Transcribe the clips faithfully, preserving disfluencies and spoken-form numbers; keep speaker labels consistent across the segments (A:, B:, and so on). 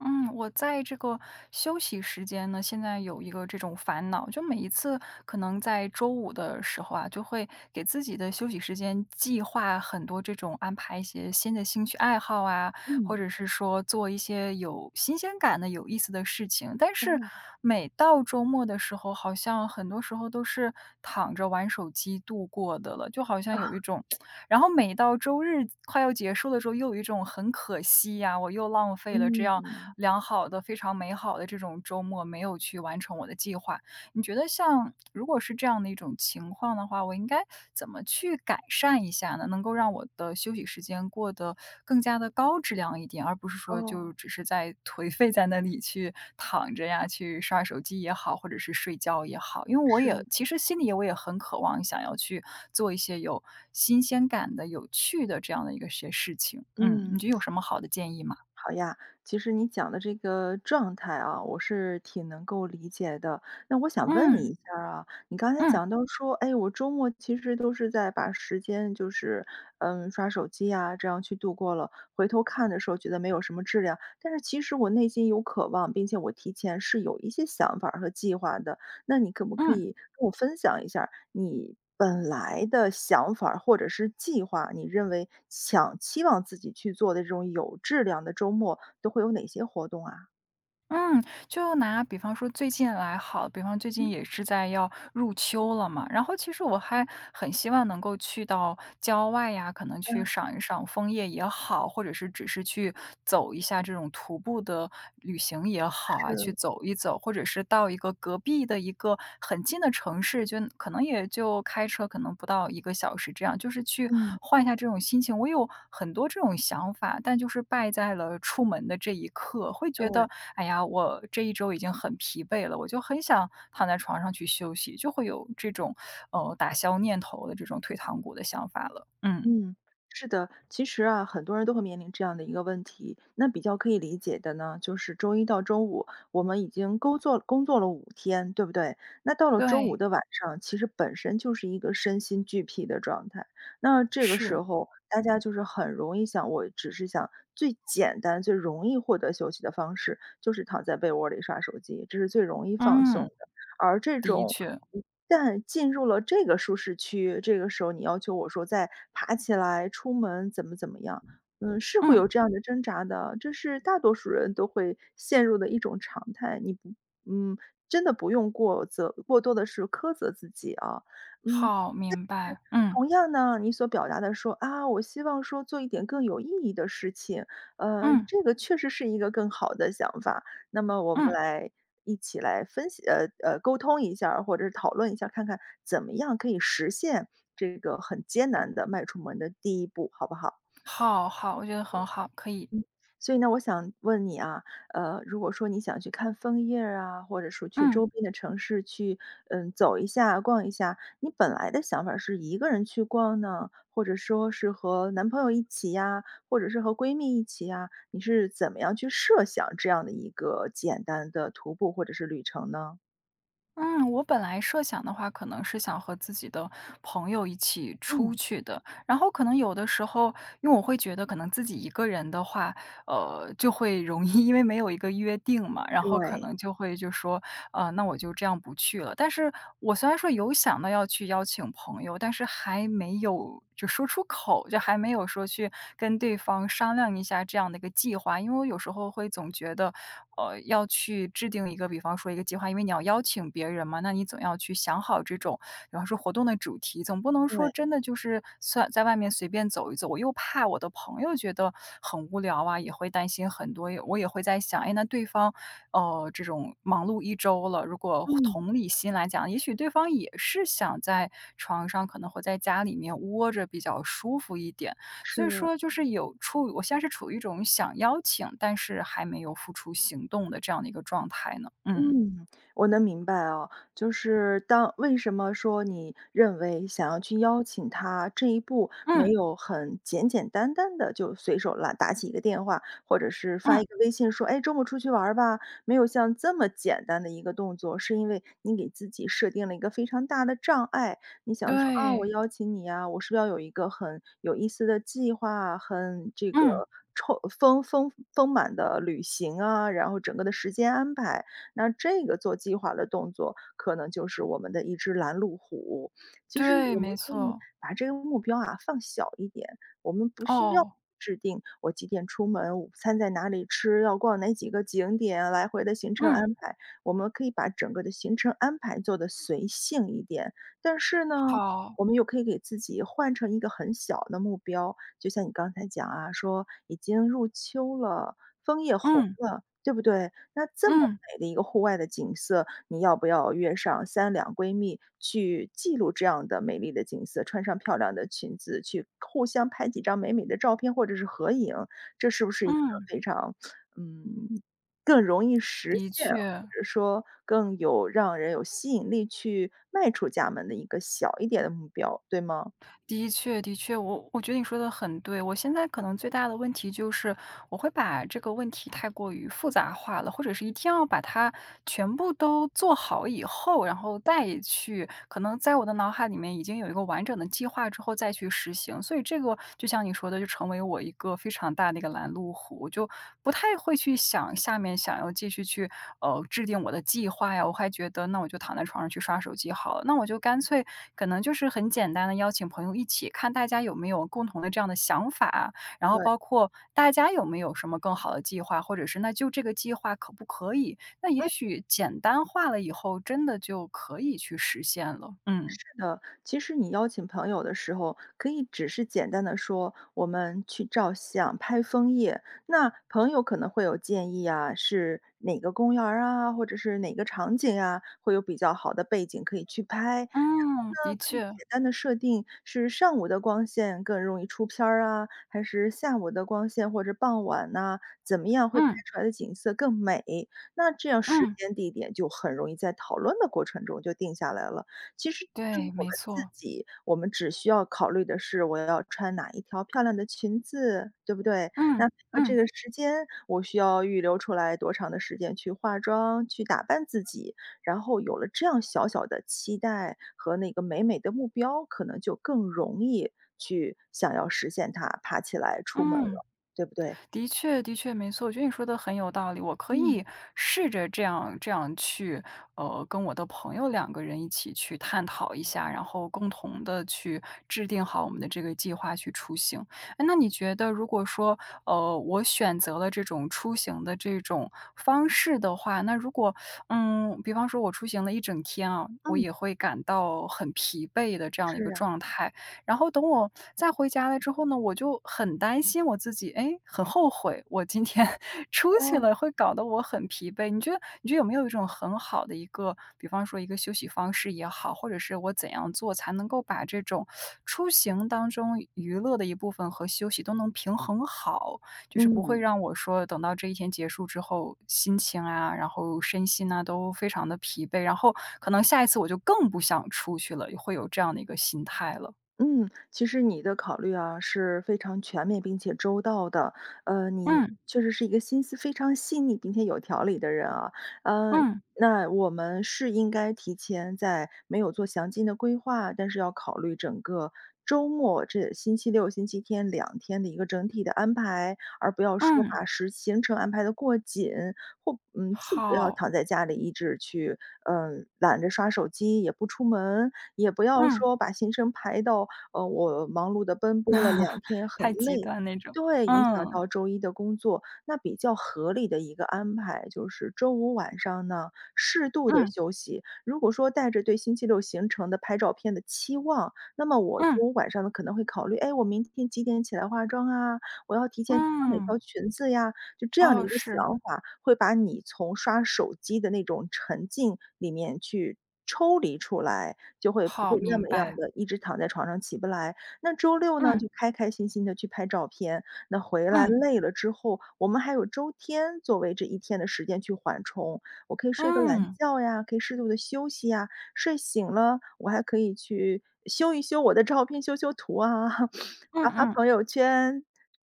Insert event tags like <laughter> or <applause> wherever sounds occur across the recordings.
A: 嗯，我在这个休息时间呢，现在有一个这种烦恼，就每一次可能在周五的时候啊，就会给自己的休息时间计划很多这种安排一些新的兴趣爱好啊，或
B: 嗯，
A: 者是说做一些有新鲜感的、有意思的事情。但是
B: 哦，
A: 每到周末的时候，好像很多时候都是躺着玩手机度过的了，就好像
B: 啊
A: 有一种然后每到周日快要结束的时候，又有一种很可惜呀，我又浪费了这样
B: 嗯，
A: 良好的、非常美好的这种周末，没有去完成我的计划。你觉得像如果是这样的一种情况的话，我应该怎么去改善一下呢？能够让我的休息时间过得更加的高质量一点，而不是说就
B: 哦，
A: 只是在颓废在那里去躺着呀，去刷手机也好，或者是睡觉也好。因为我
B: 是，
A: 也其实心里我也很渴望想要去做一些有新鲜感的、有趣的这样的一个些事情。嗯，你
B: 嗯，
A: 觉得有什么好的建议吗？
B: 好呀。其实你讲的这个状态啊，我是挺能够理解的。那我想问你
A: 嗯，
B: 一下儿啊，你刚才
A: 嗯，
B: 讲到说，哎，我周末其实都是在把时间就是，嗯，刷手机呀，这样去度过了。回头看的时候觉得没有什么质量，但是其实我内心有渴望，并且我提前是有一些想法儿和计划的。那你可不可
A: 嗯。
B: 以跟我分享一下儿你本来的想法儿或者是计划，你认为想期望自己去做的这种有质量的周末都会有哪些活动啊？
A: 嗯，就拿比方说最近来好，比方最近
B: 嗯，
A: 也是在要入秋了嘛，然后其实我还很希望能够去到郊外呀，可能去
B: 嗯，
A: 赏一赏枫叶也好，或者是只是去走一下这种徒步的旅行也好啊，
B: 是，
A: 去走一走，或者是到一个隔壁的一个很近的城市就可能也就开车可能不到一个小时这样，就是去
B: 嗯，
A: 换一下这种心情。我有很多这种想法，但就是败在了出门的这一刻，会觉
B: 对。
A: 得，哎呀，我这一周已经很疲惫了，我就很想躺在床上去休息，就会有这种，呃，打消念头的这种退堂鼓的想法了。嗯，
B: 嗯，是的，其实啊，很多人都会面临这样的一个问题。那比较可以理解的呢，就是周一到周五，我们已经工作工作了五天，对不对？那到了周五
A: 对，
B: 的晚上，其实本身就是一个身心俱疲的状态。那这个时
A: 是，
B: 候，大家就是很容易想，我只是想最简单、最容易获得休息的方式，就是躺在被窝里刷手机，这是最容易放松。
A: 嗯，
B: 而这
A: 的
B: 种
A: 确，
B: 一旦进入了这个舒适区，这个时候你要求我说再爬起来出门怎么怎么样，嗯，是会有
A: 嗯，
B: 这样的挣扎的，这是大多数人都会陷入的一种常态。你不嗯，真的不用过责过多的是苛责自己啊。嗯，
A: 好，明白，嗯，
B: 同样呢，你所表达的说啊，我希望说做一点更有意义的事情，呃，
A: 嗯，
B: 这个确实是一个更好的想法。那么我们
A: 嗯，
B: 来一起来分析，呃呃，沟通一下儿或者是讨论一下儿看看怎么样可以实现这个很艰难的迈出门的第一步，好不好？
A: 好好，我觉得很好，可以，
B: 所以呢，我想问你啊，呃，如果说你想去看枫叶儿啊，或者说去
A: 嗯。
B: 周边的城市去，嗯，走一下、逛一下，你本来的想法是一个人去逛呢，或者说是和男朋友一起呀，或者是和闺蜜一起呀，你是怎么样去设想这样的一个简单的徒步或者是旅程呢？
A: 嗯，我本来设想的话，可能是想和自己的朋友一起
B: 嗯，
A: 出去的。然后可能有的时候，因为我会觉得，可能自己一个人的话，呃，就会容易因为没有一个约定嘛，然后可
B: 对，
A: 能就会就说，啊，那我就这样不去了。但是我虽然说有想到要去邀请朋友，但是还没有就说出口，就还没有说去跟对方商量一下这样的一个计划。因为我有时候会总觉得，呃，要去制定一个，比方说一个计划，因为你要邀请别人嘛，那你总要去想好这种然后说活动的主题，总不能说
B: 对，
A: 真的就是算在外面随便走一走，我又怕我的朋友觉得很无聊啊，也会担心很多，我也会在想，哎，那对方，呃，这种忙碌一周了，如果
B: 嗯。
A: 同理心来讲，也许对方也是想在床上，可能会在家里面窝着比较舒服一点，所以
B: 是。
A: 说就是有处于，我现在是处于一种想邀请，但是还没有付出行动的这样的一个状态呢，嗯，
B: 嗯，我能明白哦，就是当为什么说你认为想要去邀请他这一步没
A: 嗯，
B: 有很简简单单的就随手拉打起一个电话，或者是发
A: 嗯，
B: 一个微信说，哎，周末出去玩儿吧，没有像这么简单的一个动作，是因为你给自己设定了一个非常大的障碍。你想说啊，我
A: 对，
B: 邀请你啊，我是不是要有一个很有意思的计划啊很这
A: 嗯。
B: 个充丰丰丰满的旅行啊，然后整个的时间安排。那这个做计划的动作，可能就是我们的一只拦路虎。其实
A: 对，
B: 我们
A: 没
B: 可以
A: 错。
B: 把这个目标啊放小一点，我们不需要
A: 哦，
B: 制定我几点出门，午餐在哪里吃，要逛哪几个景点，来回的行程
A: 嗯，
B: 安排。我们可以把整个的行程安排做得随性一点，但是呢，
A: 好，
B: 我们又可以给自己换成一个很小的目标，就像你刚才讲啊，说已经入秋了，枫叶红
A: 嗯，
B: 了，对不对？那这么
A: 嗯，
B: 美的一个户外的景色，你要不要约上三两闺蜜去记录这样的美丽的景色，穿上漂亮的裙子，去互相拍几张美美的照片或者是合影，这是不是一个
A: 嗯，
B: 非常嗯，更容易实
A: 的
B: 现，或
A: 确，
B: 者说更有让人有吸引力去迈出家门的一个小一点的目标，对吗？
A: 的确，的确，我我觉得你说的很对。我现在可能最大的问题就是，我会把这个问题太过于复杂化了，或者是一定要把它全部都做好以后，然后再去可能在我的脑海里面已经有一个完整的计划之后再去实行，所以这个。这个就像你说的，就成为我一个非常大的一个拦路虎，我就不太会去想下面想要继续去呃制定我的计划呀。我还觉得那我就躺在床上去刷手机好了，那我就干脆可能就是很简单的邀请朋友一起，看大家有没有共同的这样的想法啊，然后
B: 对，
A: 包括大家有没有什么更好的计划，或者是那就这个计划可不可以？那也
B: 嗯。
A: 许简单化了以后，真的就可以去实现了。嗯
B: 呃，其实你邀请朋友的时候，可以只是简单的说我们去照相、拍枫叶。那朋友可能会有建议啊，是哪个公园儿啊，或者是哪个场景啊，会有比较好的背景可以去拍。然后
A: 嗯，的
B: 呢，可以
A: 确，
B: 简单的设定是上午的光线更容易出片儿啊，还是下午的光线或者傍晚呐、怎么样会拍
A: 嗯
B: 出来的景色更美？那这样时
A: 嗯。
B: 间地点就很容易在讨论的过程中就定下来了。其实对
A: 对，
B: 于我们
A: 没
B: 自
A: 错。
B: 己，我们只需要考虑的是我要穿哪一条漂亮的裙子，对不对？
A: 嗯，
B: 那配合这
A: 嗯，
B: 个时间，我需要预留出来多长的时间去化妆、去打扮自己，然后有了这样小小的期待和那个美美的目标，可能就更容易去想要实现它，爬起来出门
A: 嗯，
B: 了，对不对？
A: 的确的确，没错，我觉得你说的很有道理。我可
B: 嗯，
A: 以试着这样这样去，呃，跟我的朋友两个人一起去探讨一下，然后共同的去制定好我们的这个计划去出行。哎那你觉得如果说，呃，我选择了这种出行的这种方式的话，那如果，嗯，比方说我出行了一整天啊，我
B: 嗯，
A: 也会感到很疲惫的这样的一
B: 是
A: 个
B: 啊，
A: 状态。然后等我再回家了之后呢，我就很担心我自己，哎，很后悔我今天 <laughs> 出去
B: 哦，
A: 了，会搞得我很疲惫。你觉得，你觉得有没有一种很好的一个，比方说一个休息方式也好，或者是我怎样做才能够把这种出行当中娱乐的一部分和休息都能平衡好，就是不会
B: 嗯。
A: 让我说等到这一天结束之后，心情啊，然后身心啊都非常的疲惫，然后可能下一次我就更不想出去了，会有这样的一个心态了。
B: 嗯，其实你的考虑啊是非常全面并且周到的，呃，你
A: 嗯，
B: 确实是一个心思非常细腻并且有条理的人啊，嗯，
A: 嗯，
B: 那我们是应该提前在没有做详尽的规划，但是要考虑整个周末，这星期六、星期天两天的一个整体的安排，而不要说
A: 嗯。
B: 把时行程安排的过紧，或嗯，既不要
A: 好，
B: 躺在家里一直去嗯、呃懒着刷手机，也不出门，也不要
A: 嗯。
B: 说把行程排到呃，我忙碌的奔波了两
A: <laughs>
B: 天，很
A: 太极
B: 累。
A: 端那种，
B: 对，影响
A: 嗯。
B: 到周一的工作。那比较合理的一个安排就是周五晚上呢，适度的
A: 嗯，
B: 休息。如果说带着对星期六行程的拍照片的期望，那么我周
A: 嗯，
B: 五晚上呢，可能会考虑，哎，我明天几点起来化妆啊？我要提前挑哪
A: 嗯。
B: 条裙子呀？就这样的
A: 哦，
B: 一个
A: 是，
B: 想法，会把你从刷手机的那种沉浸里面去抽离出来。就会不
A: 好，
B: 会那
A: 明
B: 么样
A: 白。
B: 的一直躺在床上起不来。那周六呢，
A: 嗯，
B: 就开开心心的去拍照片，那回来
A: 嗯，
B: 累了之后，我们还有周天作为这一天的时间去缓冲，我可以睡个懒
A: 嗯，
B: 觉呀，可以适度的休息呀，睡醒了我还可以去修一修我的照片，修修图啊，<laughs>
A: 嗯
B: 发发
A: 嗯。
B: 朋友圈，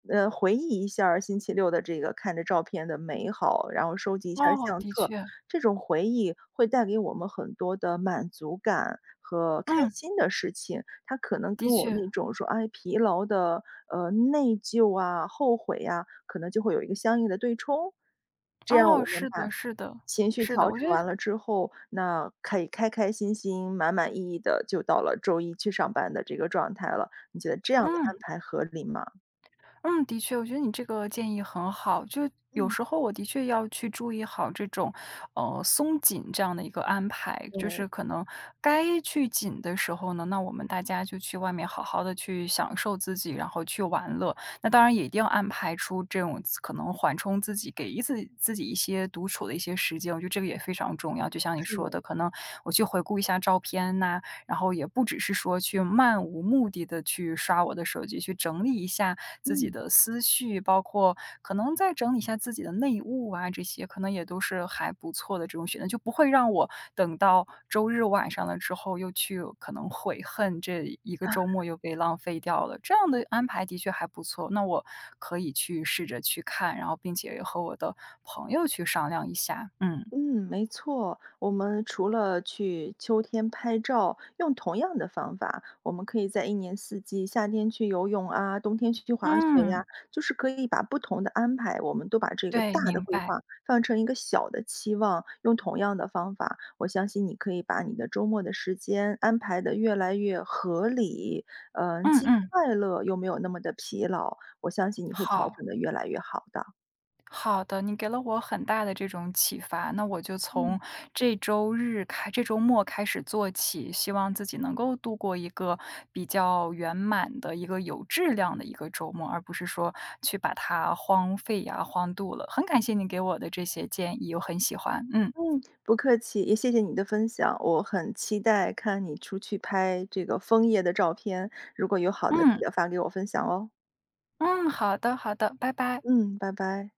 B: 呃，回忆一下儿星期六的这个看着照片的美好，然后收集一下儿
A: 哦，
B: 相
A: 的
B: 册。
A: 确，
B: 这种回忆会带给我们很多的满足感和开
A: 嗯。
B: 心的事情，它可能
A: 的
B: 跟我
A: 确，
B: 那种说，哎，疲劳的，呃，内疚啊、后悔呀，可能就会有一个相应的对冲。这样
A: 哦，
B: 我们
A: 是
B: 把
A: 的是的，
B: 情绪
A: 是的，
B: 调
A: 我觉
B: 整
A: 得
B: 完了之后，那可以开开心心、满满意意的就到了周一去上班的这个状态了。你觉得这样的
A: 嗯。
B: 安排合理吗？
A: 嗯，的确，我觉得你这个建议很好。就有
B: 嗯。
A: 时候我的确要去注意好这种，呃，松紧这样的一个安排，就
B: 对，
A: 是可能该去紧的时候呢，那我们大家就去外面好好的去享受自己，然后去玩乐。那当然也一定要安排出这种可能缓冲自己，给自己自己一些独处的一些时间。我觉得这个也非常重要。就像你
B: 是，
A: 说
B: 的，
A: 的，可能我去回顾一下照片呐、然后也不只是说去漫无目的的去刷我的手机，去整理一下自己
B: 嗯。
A: 的思绪，包括可能再整理一下自己的内务啊，这些可能也都是还不错的这种选择，就不会让我等到周日晚上了之后又去可能悔恨这一个周末又被浪费掉了。这样的安排的确还不错，那我可以去试着去看，然后并且也和我的朋友去商量一下。嗯。
B: 嗯，没错。我们除了去秋天拍照，用同样的方法，我们可以在一年四季，夏天去游泳啊，冬天去滑雪呀，
A: 嗯，
B: 就是可以把不同的安排，我们都把这个
A: 对，
B: 大的
A: 明
B: 规
A: 白。
B: 划放成一个小的期望，用同样的方法，我相信你可以把你的周末的时间安排的越来越合理，嗯，
A: 嗯
B: 既
A: 嗯，
B: 快乐又没有那么的疲劳，我相信你会调
A: 好。
B: 整的越来越好的。
A: 好的，你给了我很大的这种启发，那我就
B: 嗯。
A: 从这周日开，这周末开始做起，希望自己能够度过一个比较圆满的一个有质量的一个周末，而不是说去把它荒废呀、荒度了。很感谢你给我的这些建议，我很喜欢。嗯
B: 嗯，不客气，也谢谢你的分享，我很期待看你出去拍这个枫叶的照片，如果有好的记
A: 嗯
B: 得发给我分享哦。
A: 嗯，好的好的，拜拜。
B: 嗯，拜拜。